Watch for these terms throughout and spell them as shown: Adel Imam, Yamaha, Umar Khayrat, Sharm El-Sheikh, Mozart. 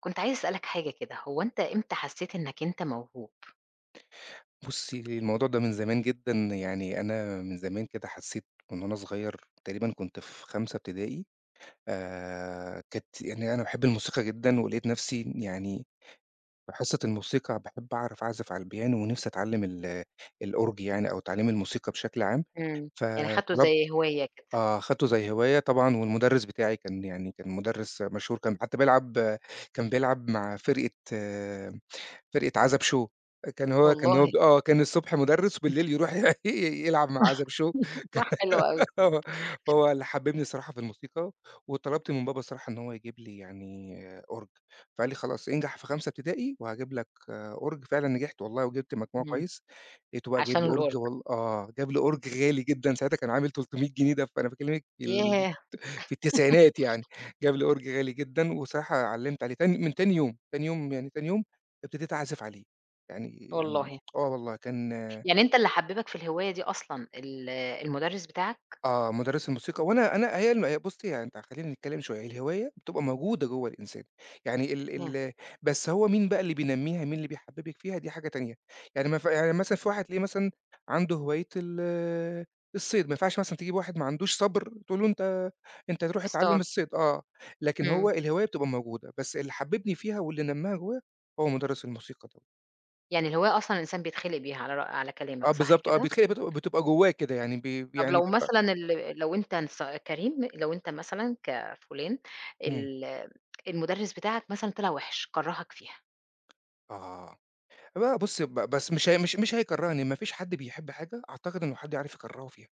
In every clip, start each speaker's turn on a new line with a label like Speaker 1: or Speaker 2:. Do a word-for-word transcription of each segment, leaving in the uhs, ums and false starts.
Speaker 1: كنت عايزة أسألك حاجة كده، هو أنت إمتى حسّيت إنّك أنت موهوب؟
Speaker 2: بُصّي، الموضوع ده من زمان جدًا، يعني أنا من زمان كده حسّيت من وأنا صغير تقريبًا. كنت في خامسة ابتدائي. آآ، كانت، يعني أنا باحب الموسيقى جدًا، ولقيت نفسي، يعني في حصة الموسيقى، باحب أعرف أعزف على البيانو، ونفسي أتعلّم ال الأورج، يعني أو تعليم الموسيقى بشكل عام،
Speaker 1: إمم. يعني خدته
Speaker 2: فطلبت.
Speaker 1: زي هواية كده.
Speaker 2: آه، خدته زي هواية طبعًا، والمُدرّس بتاعي كان، يعني كان مُدرّس مشهور، كان حتى بيلعب كان بيلعب مع فرقة، آه، فرقة عزب show. كان هو كان هو
Speaker 1: والله.
Speaker 2: ب آه، كان الصبح مُدرّس وبالليل يروح ي يلعب مع عزب show.
Speaker 1: حلو أوي.
Speaker 2: آه، هو اللي حببني الصراحة في الموسيقى. وطلبت من بابا الصراحة إن هو يجيب لي، يعني آه، أورج. فقال لي: "خلاص انجح في خامسة ابتدائي وهاجيب لك آه، أورج." فعلًا نجحت والله، وجبت مجموع
Speaker 1: إمم.
Speaker 2: كويس. لقيته بقى جايب
Speaker 1: عشان
Speaker 2: لي أورج
Speaker 1: الأورج.
Speaker 2: وال آه، جاب لي أورج غالي جدًا، ساعتها كان عامل تلتمية جنيه ده، فأنا باكلمِك في ال
Speaker 1: ياه!
Speaker 2: في التسعينات يعني. جاب لي أورج غالي جدًا، وصراحة علّمت عليه تاني، من تاني يوم، تاني يوم يعني تاني يوم ابتديت أعزف عليه. يعني يعني
Speaker 1: والله.
Speaker 2: آه والله كان
Speaker 1: يعني أنت اللي حبّبك في الهواية دي أصلًا ال المُدرّس بتاعك؟
Speaker 2: آه، مُدرّس الموسيقى. وأنا أنا هي الم بُصّي، يعني أنت خلّينا نتكلّم شوية. الهواية بتبقى موجودة جوّه الإنسان، يعني
Speaker 1: إمم.
Speaker 2: ال ال بس هو مين بقى اللي بينمّيها، مين اللي بيحبّبِك فيها، دي حاجة تانية. يعني ما ينف يعني مثلًا في واحد تلاقيه، مثلًا عنده هواية ال الصيد. ما ينفعش مثلًا تجيب واحد ما عندوش صبر تقول له أنت أنت تروح اتعلّم
Speaker 1: أستاذ.
Speaker 2: الصيد. آه، لكن هو
Speaker 1: إمم.
Speaker 2: الهواية بتبقى موجودة، بس اللي حبّبني فيها واللي نمّاها جوّايا هو مُدرّس الموسيقى دوّة.
Speaker 1: يعني الهواية أصلًا الإنسان بيتخلق بيها على رأ على
Speaker 2: آه
Speaker 1: كلامك صح
Speaker 2: بالضبط، آه
Speaker 1: كده؟
Speaker 2: بيتخ بتبقى بتبقى جوّاه كده، يعني بي
Speaker 1: طب
Speaker 2: يعني
Speaker 1: لو
Speaker 2: بيبقى.
Speaker 1: مثلًا ال لو أنت نص كريم، لو أنت مثلًا كفُلان
Speaker 2: إمم.
Speaker 1: ال المُدرّس بتاعك مثلًا طلع وِحِش، كرّهك فيها.
Speaker 2: آه. بقى بُص، ب بس مش هي، مش مش هيكرّهني. ما فيش حد بيحب حاجة أعتقد إنه حد يعرف يكرّهه فيها.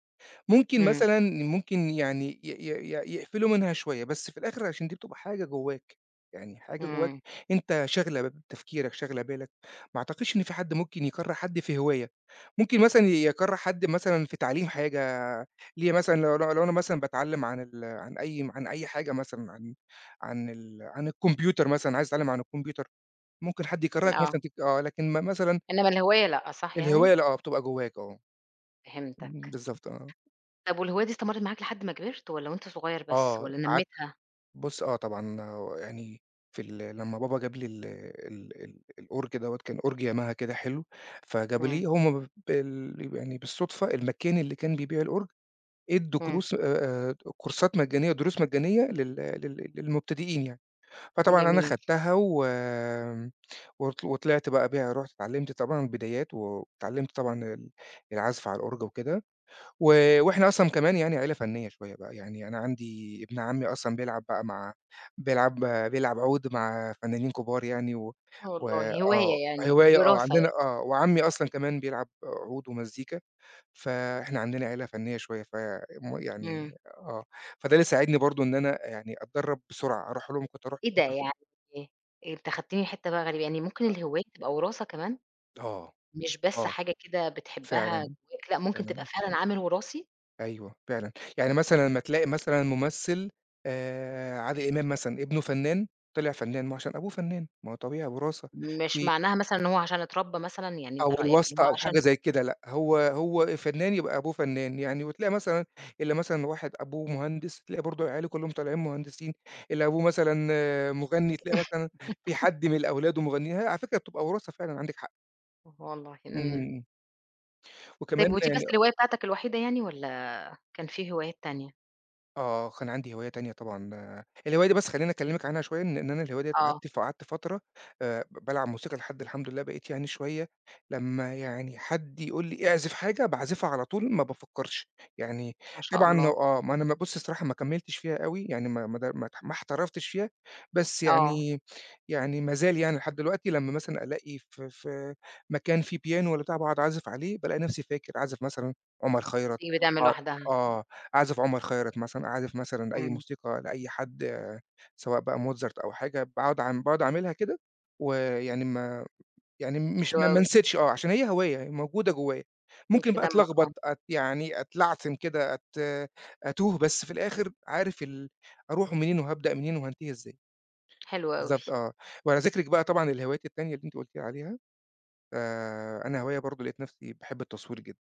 Speaker 2: ممكن
Speaker 1: إمم.
Speaker 2: مثلًا، ممكن يعني ي ي ي يقفلوا منها شوية، بس في الآخر، عشان دي بتبقى حاجة جوّاك. يعني حاجة جوّاك
Speaker 1: إمم.
Speaker 2: أنت شاغلة ب تفكيرك، شاغلة بالك. ما أعتقدش إن في حد ممكن يكرّه حد في هواية. ممكن مثلًا يكرّه حد مثلًا في تعليم حاجة. ليه؟ مثلًا لو لو لو أنا مثلًا باتعلّم عن ال عن أي عن أي حاجة، مثلًا عن عن ال عن الكمبيوتر مثلًا. عايز أتعلّم عن الكمبيوتر. ممكن حد يكرّهك
Speaker 1: آه.
Speaker 2: مثلًا، تك آه، لكن م مثلًا
Speaker 1: إنما الهواية لأ، صح
Speaker 2: الهواية
Speaker 1: يعني؟
Speaker 2: اللي، آه، بتبقى جواك، آه. إمم،
Speaker 1: فهمتك.
Speaker 2: بالضبط آه.
Speaker 1: طب والهواية دي استمرّت معاك لحد ما كبرت والّا وأنت صغير بس
Speaker 2: آه،
Speaker 1: والّا
Speaker 2: قعدت.
Speaker 1: نمّيتها؟
Speaker 2: بُص آه طبعًا هو يعني في ال لمّا بابا جاب لي ال ال ال الأورج دوّة، كان أورج ياماها كده حلو. فجابه
Speaker 1: إمم،
Speaker 2: لي، هم بال يعني بالصدفة، المكان اللي كان بيبيع الأورج ادّوا
Speaker 1: إمم،
Speaker 2: كروس آآ، آآ، كورسات مجانية، دروس مجانية لل لل للمبتدئين يعني. فطبعًا أنا
Speaker 1: جميل.
Speaker 2: خدتها و وط وطلعت بقى بيها. رُحت اتعلمت طبعًا البدايات، واتعلمت طبعًا ال العزف على الأورج وكده. و وإحنا أصلًا كمان يعني عيلة فنية شوية بقى. يعني أنا عندي ابن عمي أصلًا بيلعب بقى مع، بيلعب بيلعب عود مع فنانين كبار يعني. و
Speaker 1: آه
Speaker 2: و
Speaker 1: والله،
Speaker 2: آه،
Speaker 1: هواية يعني،
Speaker 2: هواية آه،
Speaker 1: وراثة يعني.
Speaker 2: عندنا آه، وعمي أصلًا كمان بيلعب عود ومزيكا. فإحنا عندنا عيلة فنية شوية ف م
Speaker 1: إمم.
Speaker 2: يعني آه، فده اللي ساعدني برضه إن أنا، يعني، أتدرّب بسرعة. أروح لهم كنت أروح.
Speaker 1: إيه ده يعني أنت خدتني لحتة بقى غريبة، يعني ممكن الهواية تبقى وراثة كمان؟
Speaker 2: آه.
Speaker 1: مش بس
Speaker 2: آه،
Speaker 1: حاجة كده بتحبها
Speaker 2: فعلًا،
Speaker 1: جواك، لأ ممكن تبقى
Speaker 2: فعلًا.
Speaker 1: فعلًا عامل وراثي؟
Speaker 2: أيوه، فعلًا. يعني مثلًا لمّا تلاقي مثلًا ممثل، آآ، عادل إمام، مثلًا ابنه فنان. طلع فنان، ما هو عشان أبوه فنان، ما هو طبيعي وراثة.
Speaker 1: مش
Speaker 2: في
Speaker 1: معناها مثلًا إن هو عشان اتربى مثلًا، يعني أنت
Speaker 2: أو
Speaker 1: رأيك إن
Speaker 2: الواسطة
Speaker 1: هو
Speaker 2: أو حاجة
Speaker 1: عشان
Speaker 2: زي كده، لأ، هو هو فنان يبقى أبوه فنان يعني. وتلاقي مثلًا، اللي مثلًا واحد أبوه مهندس، تلاقي برضه عياله كلّهم طالعين مهندسين. اللي أبوه مثلًا آه، مغني، تلاقي مثلًا في حد من أولاده مغنيين. هي على فكرة بتبقى وراثة فعلًا، عندِك حق.
Speaker 1: والله،
Speaker 2: إمم، إمم،
Speaker 1: إمم.
Speaker 2: إمم.
Speaker 1: طيب
Speaker 2: وكمان
Speaker 1: ودي بس
Speaker 2: يعني
Speaker 1: الهواية بتاعتك الوحيدة يعني والّا كان في هوايات تانية؟
Speaker 2: آه، كان عندي هواية تانية طبعًا. الهواية دي، بس خلّيني أكلّمِك عنها شوية. إن إن أنا الهواية ديّة
Speaker 1: آه،
Speaker 2: قعدت، ف قعدت فترة آآ ب بالعب موسيقى، لحد الحمد لله بقيت يعني شوية، لمّا يعني حد يقول لي اعزف حاجة باعزفها على طول، ما بافكّرش. يعني
Speaker 1: ما شاء
Speaker 2: طبعًا
Speaker 1: الله.
Speaker 2: آه، ما أنا ما بُصّي الصراحة، ما كمّلتش فيها أوي. يعني ما ما د ما اتح ما احترفتش فيها، بس
Speaker 1: آه،
Speaker 2: يعني. يعني ما زال، يعني لحد دلوقتي، لمّا مثلًا ألاقي ف في مكان فيه بيانو والّا بتاع، باقعد أعزف عليه، بالاقي نَفْسي فاكر. أعزف مثلًا عُمر خيرت.
Speaker 1: بتيجي بتعمل
Speaker 2: أقعد،
Speaker 1: لوحدها،
Speaker 2: آه، أعزف عمر خيرت مثلًا، أعزف مثلًا أي
Speaker 1: إمم،
Speaker 2: موسيقى لأي حد، آه، سواء بقى موزارت أو حاجة. باقعد أعم باقعد أعملها كده. ويعني ما يعني مش
Speaker 1: حلو
Speaker 2: ما ما
Speaker 1: أوي،
Speaker 2: نسيتش، آه، عشان هي هواية موجودة جوايا.
Speaker 1: مود
Speaker 2: ممكن
Speaker 1: في
Speaker 2: بقى
Speaker 1: دمك آه،
Speaker 2: أتلخبط أت يعني أتلعثم كده، أت أتوه، بس في الآخر عارف ال أروح منين، وهابدأ منين، وهانتهي إزاي.
Speaker 1: حلو أوي.
Speaker 2: بالضبط آه. وعلى ذكرِك بقى طبعًا الهوايات التانية اللي أنتِ قُلتِ لي عليها، آآ أنا هواية برضه لقيت نفسي باحب التصوير جدًا.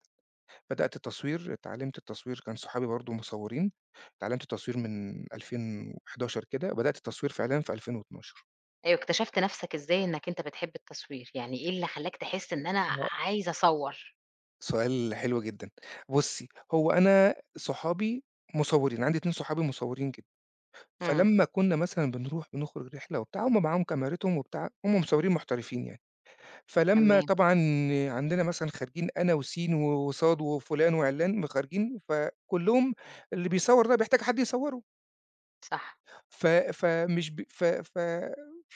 Speaker 2: بدأت التصوير، اتعلّمت التصوير، كان صحابي برضه مصوّرين. اتعلّمت التصوير من ألفين وحداشر كده، بدأت التصوير فعلًا في ألفين واتناشر.
Speaker 1: أيوه، اكتشفت نفسك إزاي إنك أنت بتحب التصوير، يعني إيه اللي خلّاك تحس إن أنا
Speaker 2: آه.
Speaker 1: عايز أصوّر؟
Speaker 2: سؤال حلو جدًا. بُصّي، هو أنا صحابي مصوّرين، عندي اتنين صحابي مصوّرين جدًا.
Speaker 1: إمم،
Speaker 2: فلمّا كُنّا مثلًا بنروح بنخرج رحلة وبتاع، هُم معاهم كاميرتهم وبتاع، هُم مصوّرين محترفين يعني. فلمّا
Speaker 1: تمام،
Speaker 2: طبعًا عندنا، مثلًا خارجين أنا وسين وصاد وفلان وعلان، م خارجين، فكُلّهم، اللي بيصوّر ده بيحتاج حد يصوّره.
Speaker 1: صح،
Speaker 2: ف فمش ب ف ف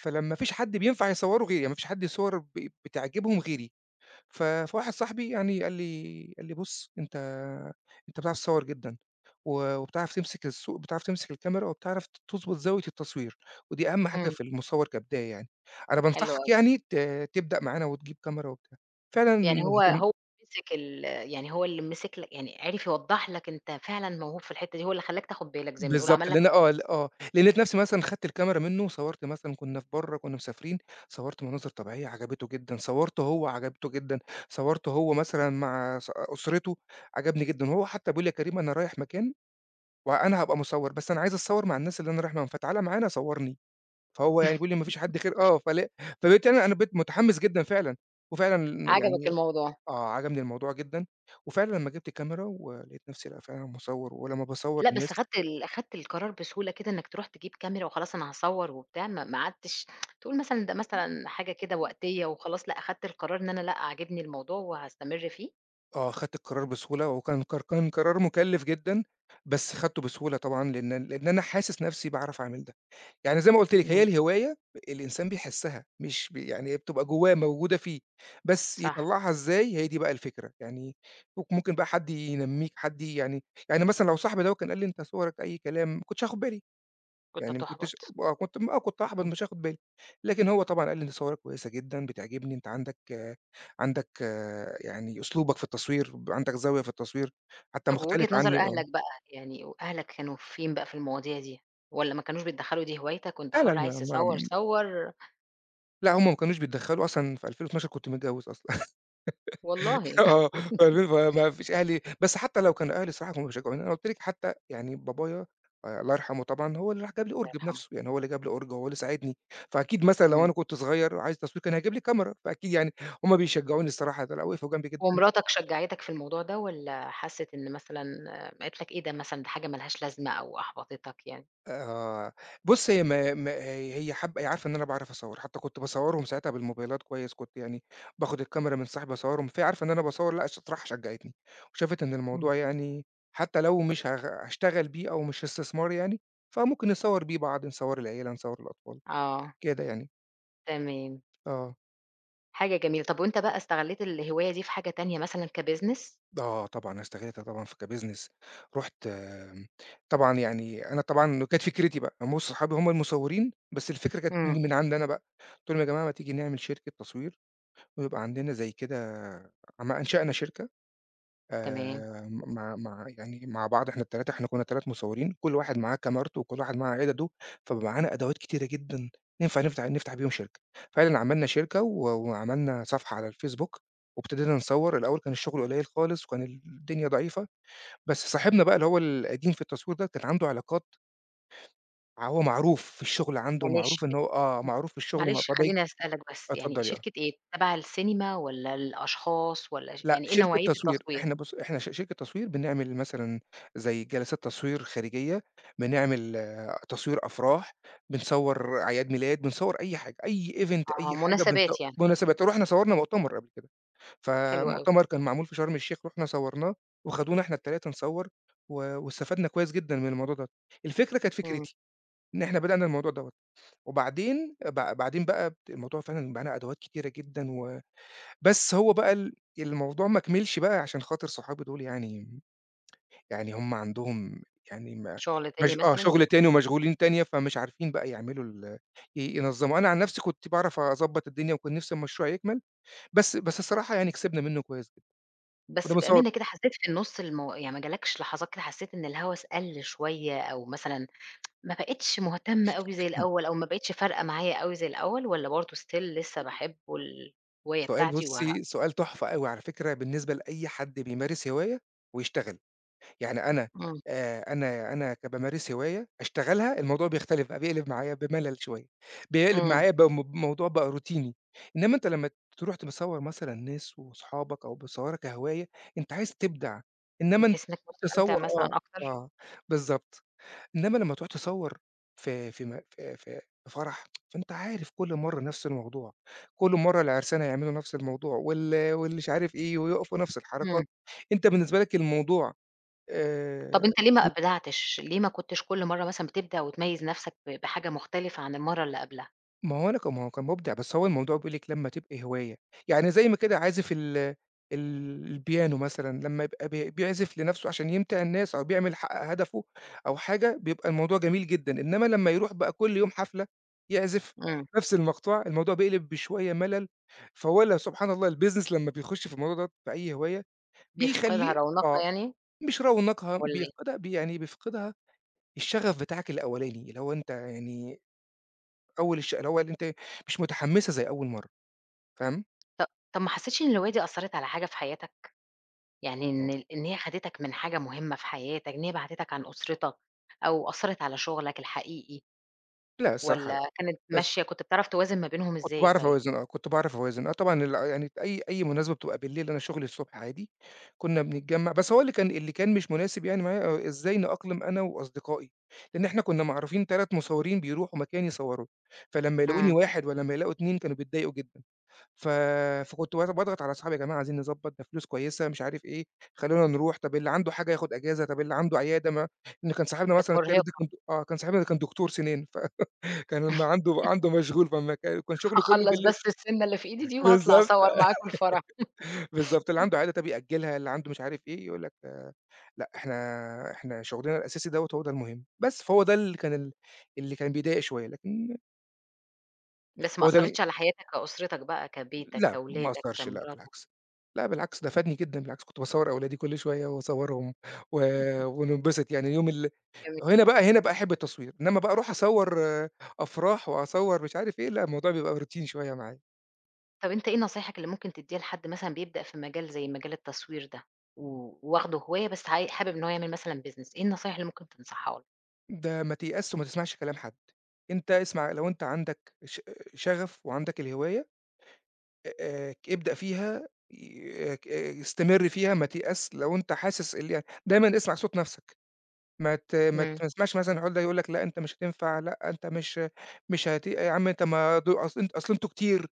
Speaker 2: فلما ما فيش حد بينفع يصوّره غيري، يعني ما فيش حد صور ب بتعجبهم غيري. ف فواحد صاحبي، يعني قال لي قال لي: "بُص، أنت أنت بتعرف تصوّر جدًا، و وبتعرف تمسك الصو بتعرف تمسك الكاميرا، وبتعرف ت تضبط زاوية التصوير. ودي أهم حاجة
Speaker 1: إمم،
Speaker 2: في المصوّر كبداية يعني. أنا
Speaker 1: حلو
Speaker 2: بانصحك،
Speaker 1: أوي.
Speaker 2: يعني ت تبدأ معانا وتجيب كاميرا وبتاع." فعلًا.
Speaker 1: يعني هو هو مسك ال يعني هو اللي مسك لك يعني عرف يوضّح لك أنت فعلًا موهوب في الحتة دي، هو اللي خلّاك تاخد بالك زي ما بنقول،
Speaker 2: بالضبط.
Speaker 1: عمل لك
Speaker 2: لإن، آه، ل
Speaker 1: focus.
Speaker 2: آه، لأن لقيت نفسي، مثلًا خدت الكاميرا منه وصوّرت، مثلًا كنا في برّه، كنا مسافرين. صوّرت مناظر طبيعية عجبته جدًا، صوّرته هو عجبته جدًا. صوّرته هو مثلًا مع ص أسرته، عجبني جدًا. وهو حتى بيقول لي: "يا كريم، أنا رايح مكان وأنا هابقى مصوّر، بس أنا عايز أتصوّر مع الناس اللي أنا رايح معاهم، فتعالَ معانا صوّرني." فهو يعني بيقول لي: "ما فيش حد غير"، آه، فل فبقيت أنا، أنا بقيت متحمس جدًا فعلًا. وفعلًا
Speaker 1: عجبك
Speaker 2: يعني،
Speaker 1: الموضوع.
Speaker 2: آه، عجبني الموضوع جدًا. وفعلًا لمّا جِبت الكاميرا، ولقيت نفسي، لأ، فعلًا مصوّر. ولمّا باصوّر
Speaker 1: لأ، بس
Speaker 2: الناس،
Speaker 1: أخدت ال أخدت القرار بسهولة كده إنك تروح تجيب كاميرا وخلاص أنا هاصور وبتاع، ما ما قعدتش تقول مثلًا ده مثلًا حاجة كده وقتية وخلاص، لأ، أخدت القرار إن أنا لأ، عاجبني الموضوع وهاستمر فيه.
Speaker 2: آه، خدت القرار بسهولة، وكان قر كان قرار مُكلِّف جدًا، بس خدته بسهولة طبعًا، لإن لإن أنا حاسس نَفْسي باعرف أعمل ده. يعني زي ما قُلت لِك، هي
Speaker 1: إمم.
Speaker 2: الهواية الإنسان بيحسّها. مش ب يعني هي بتبقى جوّاه، موجودة فيه، بس
Speaker 1: صح،
Speaker 2: يطلّعها إزاي، هي دي بقى الفكرة. يعني ممك ممكن بقى حد ينمّيك، حد ي- يعني، يعني مثلًا لو صاحبي دوّة كان قال لي: "أنت صُغرك أي كلام." ما كنتش هاخُد بالي.
Speaker 1: كنت
Speaker 2: يعني ما
Speaker 1: هتُحبط.
Speaker 2: كنتش، آه، كنت آه، كنت هاحبط،
Speaker 1: إمم.
Speaker 2: مش هاخد بالي. لكن هو طبعًا قال لي: "دي صورة كويسة جدًا بتعجبني. أنت عندك آه، عندك، آه، يعني أسلوبك في التصوير، عندك زاوية في التصوير حتى
Speaker 1: طب
Speaker 2: مختلف
Speaker 1: ووجهة نظر
Speaker 2: عني." آه.
Speaker 1: أهلك بقى، يعني وأهلك كانوا فين بقى في المواضيع دي؟ والّا ما كانوش بيتدخلوا دي هوايتك وأنت
Speaker 2: لا، لا،
Speaker 1: حُر
Speaker 2: لا،
Speaker 1: عايز
Speaker 2: ما
Speaker 1: تصور
Speaker 2: ما
Speaker 1: صور؟
Speaker 2: لأ، هُم ما كانوش بيتدخّلوا أصلًا. في ألفين واتناشر كنت متجوّز أصلًا.
Speaker 1: والله الله
Speaker 2: آه. فاهمين، فما فيش أهلي، بس حتى لو كانوا أهلي الصراحة كانوا بيشجعوني. أنا قُلت لِك، حتى يعني بابايا، آآ الله يرحمه طبعًا، هو اللي راح جاب لي أُرج
Speaker 1: يرحمه.
Speaker 2: بنفسه. يعني هو اللي جاب لي أُرج، هو اللي ساعدني. فأكيد مثلًا لو
Speaker 1: إمم.
Speaker 2: أنا كنت صغير وعايز تصوير كان هيجيب لي كاميرا، فأكيد يعني هُم بيشجعوني الصراحة. ده، لأ، وقفوا جنبي جدًا.
Speaker 1: ومراتك شجعتك في الموضوع ده والّا حَسِّت إن مثلًا قالت لك إيه ده مثلًا، ده حاجة ما لهاش لازمة أو أحبطتك يعني؟
Speaker 2: آه. بُص، هي ما ما هي، هي حابة، هي عارفة إن أنا باعرف أصوّر. حتى كنت باصوّرهم ساعتها بالموبايلات كويس. كنت يعني باخد الكاميرا من صاحبي اصوّرهم. فهي عارفة إن أنا باصوّر. لأ، ش صراحة شجّعتني. وشافت إن
Speaker 1: إمم.
Speaker 2: الموضوع، يعني، حتى لو مش هاغ هاشتغل بيه، أو مش استثمار يعني، فممكن نصوّر بيه بعض، نصوّر العيلة، نصوّر الأطفال،
Speaker 1: آه،
Speaker 2: كده يعني.
Speaker 1: تمام،
Speaker 2: آه.
Speaker 1: حاجة جميلة. طب وأنت بقى استغلّيت الهواية دي في حاجة تانية مثلًا كbusiness؟
Speaker 2: آه طبعًا، أنا استغلتها طبعًا في كbusiness. رُحت آمم، طبعًا، يعني أنا طبعًا كانت فكرتي بقى. بُص، صحابي هم المصوّرين، بس الفكرة كانت
Speaker 1: إمم.
Speaker 2: تيجي من عندي أنا بقى. قُلت لهم: "يا جماعة ما تيجي نعمل شركة تصوير." ويبقى عندنا زي كده. عم أنشأنا شركة،
Speaker 1: تمام،
Speaker 2: آآ مع مع يعني مع بعض. إحنا التلاتة، إحنا كنا تلاتة مصورين، كل واحد معاه كاميرته وكل واحد معاه عدده. فبقى معانا أدوات كتيرة جدًا، ينفع نفتح نفتح بيهم شركة. فعلًا عملنا شركة، و وعملنا صفحة على الفيسبوك، وابتدينا نصور. الأول كان الشغل قليل خالص، وكان الدنيا ضعيفة. بس صاحبنا بقى، اللي هو القديم في التصوير ده، كان عنده علاقات. هو معروف في الشغل عنده،
Speaker 1: يعني
Speaker 2: ومعروف
Speaker 1: ش
Speaker 2: إن هو، آه، معروف في الشغل وم
Speaker 1: معلش
Speaker 2: فبي
Speaker 1: خلّيني أسألك
Speaker 2: آه،
Speaker 1: بس، يعني
Speaker 2: اتفضلي آه.
Speaker 1: شركة إيه؟ تبع السينما والّا الأشخاص والّا ش
Speaker 2: لأ،
Speaker 1: يعني إيه
Speaker 2: شركة
Speaker 1: نوعية
Speaker 2: تصوير.
Speaker 1: التصوير؟
Speaker 2: إحنا، بُص، إحنا ش شركة تصوير بنعمل مثلًا زي جلسات تصوير خارجية، بنعمل آه، تصوير أفراح، بنصوّر أعياد ميلاد، بنصوّر أي حاجة، أي event،
Speaker 1: آه،
Speaker 2: أي حاجة، بنصو
Speaker 1: مناسبات يعني،
Speaker 2: مناسبات. رُحنا صوّرنا مؤتمر قبل كده.
Speaker 1: حلو أوي.
Speaker 2: فمؤتمر كان معمول في شرم الشيخ، رُحنا صوّرناه، وخدونا إحنا التلاتة نصوّر، و واستفدنا كويس جدًا من الموضوع دوّة. الفكرة كانت
Speaker 1: إمم،
Speaker 2: فكرتي، إن إحنا بدأنا الموضوع دوّة. وبعدين ب بعدين بقى الموضوع فعلًا معانا أدوات كتيرة جدًا. و بس هو بقى ال الموضوع ما كمِلش بقى عشان خاطر صحابي دول يعني. يعني هم عندهم، يعني ما
Speaker 1: شغل تاني
Speaker 2: مش آه،
Speaker 1: مثلًا
Speaker 2: شغل
Speaker 1: والّا
Speaker 2: تاني، ومشغولين تانية. فمش عارفين بقى يعملوا ال ي ينظّموا. أنا عن نفسي كنت باعرف أضبّط الدنيا، وكان نفسي المشروع يكمل. بس بس الصراحة يعني كسبنا منّه كويس جدًا. كنّا
Speaker 1: بس
Speaker 2: بنصوّر.
Speaker 1: بأمانة كده حسّيت في النُص المو يعني ما جالكش لحظات كده حسّيت إن الهوس قَل شوية أو مثلًا ما بقيتش مهتمة أوي زي
Speaker 2: إمم.
Speaker 1: الأول، أو ما بقيتش فارقة معايا أوي زي الأول، والّا برضه still لسه باحب الهواية
Speaker 2: سؤال،
Speaker 1: بتاعتي و.
Speaker 2: بُصّي، سؤال تحفة أوي على فكرة بالنسبة لأي حد بيمارس هواية ويشتغل. يعني أنا
Speaker 1: إمم،
Speaker 2: آآ أنا أنا ك بامارس هواية، أشتغلها، الموضوع بيختلف بقى، بيقلب معايا بملل شوية، بيقلب
Speaker 1: إمم،
Speaker 2: معايا بم بموضوع بقى روتيني، إنّما أنت لمّا تروح ت مصوّر مثلًا ناس وصحابك أو بتصوّرها كهواية، أنت عايز تبدع، إنّما أنت
Speaker 1: بتحس إنك مستمتع
Speaker 2: تصوّر
Speaker 1: مثلًا
Speaker 2: آه،
Speaker 1: أكتر؟
Speaker 2: آه، بالضبط، إنّما لمّا تروح تصوّر في في م في في في فرح، فأنت عارف كل مرّة نفس الموضوع، كل مرّة العرسانة يعملوا نفس الموضوع وال واللي مش عارف إيه ويقفوا نفس الحركات،
Speaker 1: إمم،
Speaker 2: أنت بالنسبة لك الموضوع
Speaker 1: طب
Speaker 2: آآ
Speaker 1: أنت ليه ما أبدعتش، ليه ما كنتش كل مرة مثلًا بتبدع وتميز نفسك ب بحاجة مختلفة عن المرة اللي قبلها؟
Speaker 2: ما هو أنا ك ما هو كان مُبدع، بس هو الموضوع بيقول لِك لمّا تبقي هواية. يعني زي ما كده عازف ال ال البيانو مثلًا لمّا يبقى بي بيعزف لنَفْسه عشان يمتِع الناس أو بيعمل يحقق هدفه أو حاجة، بيبقى الموضوع جميل جدًا، إنّما لمّا يروح بقى كل يوم حفلة يعزف
Speaker 1: إمم،
Speaker 2: نَفْس المقطوعة، الموضوع بيقلب بشوية ملل، فهو ال سبحان الله الbusiness لمّا بيخُش في الموضوع دوّة في أي هواية،
Speaker 1: بيفقدها
Speaker 2: بيخلّيه آه،
Speaker 1: رونقها يعني
Speaker 2: مش رونقها،
Speaker 1: والّا إيه؟
Speaker 2: بيفقدها بي يعني بيفقدها الشغف بتاعك الأولاني، اللي هو أنت يعني أول الش اللي هو اللي أنتِ مش متحمّسة زي أول مرّة، فاهم؟
Speaker 1: ط طب ما حسيتش إن الهواية دي أثّرت على حاجة في حياتك، يعني إن
Speaker 2: آه.
Speaker 1: ال إن هي خدتك من حاجة مهمة في حياتك، إن هي بعدتك عن أسرتك، أو أثّرت على شغلك الحقيقي؟
Speaker 2: لأ الصراحة لأ،
Speaker 1: والّا كانت
Speaker 2: بس
Speaker 1: ماشية كنت بتعرف توازن ما بينهم
Speaker 2: كنت
Speaker 1: إزاي
Speaker 2: باعرف
Speaker 1: طيب؟
Speaker 2: أوازن آه، كنت باعرف أوازن، آه طبعًا ال يعني أي أي مناسبة بتبقى بالليل أنا شغلي الصبح عادي، كنّا بنتجمّع بس هو اللي كان اللي كان مش مناسب يعني معايا آه، إزاي نأقلم أنا وأصدقائي، لإن إحنا كنّا معروفين 3 مصورين بيروحوا مكان يصوّروا، فلمّا يلاقوني
Speaker 1: إمم،
Speaker 2: واحد ولمّا يلاقوا اتنين كانوا بيتضايقوا جدًا. ف فكنت باض باضغط على أصحابي: "يا جماعة عايزين نضبّط، ده فلوس كويسة." مش عارف إيه، "خلّونا نروح." طب اللي عنده حاجة ياخد أجازة، طب اللي عنده عيادة ما إن كان صاحبنا
Speaker 1: كانت
Speaker 2: مثلًا التالت ده
Speaker 1: مرهقة.
Speaker 2: كان د آه، كان صاحبنا ده كان دكتور سنان، فكان ما عنده عنده مشغول، فما كان كان شغله كلّه
Speaker 1: هاخلّص
Speaker 2: بالليل
Speaker 1: بس السِنة اللي في إيدي دي وهاطلع
Speaker 2: بالضبط،
Speaker 1: أصوّر معاكم الفرح،
Speaker 2: بالضبط، اللي عنده عيادة طب يأجّلها، اللي عنده مش عارف إيه، يقول لك آه، لأ إحنا إحنا شغلنا الأساسي دوّة هو ده المهم، بس. فهو ده اللي كان ال اللي كان بيضايق شوية، لكن
Speaker 1: بس ما
Speaker 2: هو ده
Speaker 1: أثّرتش على حياتك كأسرتك بقى، كبيتك،
Speaker 2: لأ، ما
Speaker 1: كولادك،
Speaker 2: أثّرش لأ
Speaker 1: كمراتك،
Speaker 2: بالعكس، لأ بالعكس ده فادني جدًا، بالعكس كنت باصوّر أولادي كل شوية واصوّرهم و وننبسط يعني يوم ال
Speaker 1: كم
Speaker 2: هنا بقى هنا بقى أحب التصوير، إنّما بقى أروح أصوّر آه، أفراح وأصوّر مش عارف إيه، لأ الموضوع بيبقى روتين شوية معايا.
Speaker 1: طب أنت إيه نصايحك اللي ممكن تدّيها لحد مثلًا بيبدأ في مجال زي مجال التصوير ده، و واخده هواية بس عاي حابب إن هو يعمل مثلًا business، إيه النصايح اللي ممكن تنصحها له؟
Speaker 2: ده ما تيأسش وما تسمعش كلام حد، أنت اسمع لو أنت عندك ش شغف وعندك الهواية آآ ابدأ فيها ي ك استمر فيها ما تيأس لو أنت حاسس ال يعني دايمًا اسمع صوت نَفْسك. ما ت ما
Speaker 1: إمم،
Speaker 2: تسمعش مثلًا العُقدة يقول لك لأ أنت مش هتنفع، لأ أنت مش مش هت يا عم أنت ما د أصل أنت أصل أنتم كتير،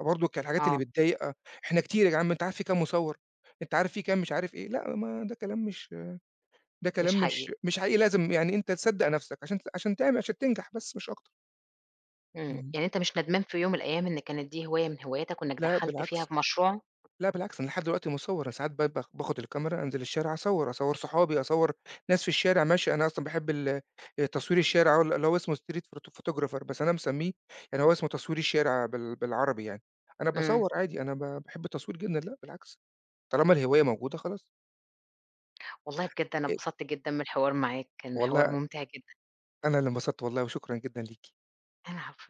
Speaker 2: برضه كانت الحاجات اللي
Speaker 1: آه،
Speaker 2: بتضايق اه، إحنا كتير يا عم أنت عارف في كام مصوّر، أنت عارف في كام مش عارف إيه، لأ ما ده كلام مش ده
Speaker 1: مش
Speaker 2: كلام مش
Speaker 1: حقيقي،
Speaker 2: مش حقيقي لازم يعني أنت تصدّق نَفْسك عشان ت عشان تعمل عشان تنجح بس مش أكتر.
Speaker 1: إمم،
Speaker 2: إمم.
Speaker 1: يعني أنت مش ندمان في يوم من الأيام إن كانت دي هواية من هواياتك وإنك
Speaker 2: لا
Speaker 1: دخّلت فيها
Speaker 2: بالعكس.
Speaker 1: في مشروع؟
Speaker 2: لأ بالعكس، أنا لحد دلوقتي مصوّر، أنا ساعات ب ب باخد الكاميرا أنزل الشارع أصوّر، أصوّر صحابي، أصوّر ناس في الشارع ماشية، أنا أصلًا باحب ال آه، تصوير الشارع وال اللي هو اسمه street photo photographer بس أنا مسميه يعني هو اسمه تصوير الشارع بال بالعربي يعني، أنا
Speaker 1: إمم.
Speaker 2: باصوّر عادي، أنا ب باحب التصوير جدًا، لأ بالعكس، طالما الهواية موجودة خلاص،
Speaker 1: والله بجد أنا
Speaker 2: آآ
Speaker 1: اتبسطت جدًا من الحوار معاك، كان حوار
Speaker 2: والله
Speaker 1: ممتع جدًا.
Speaker 2: أنا اللي انبسطت والله وشكرًا جدًا ليكِ.
Speaker 1: العفو.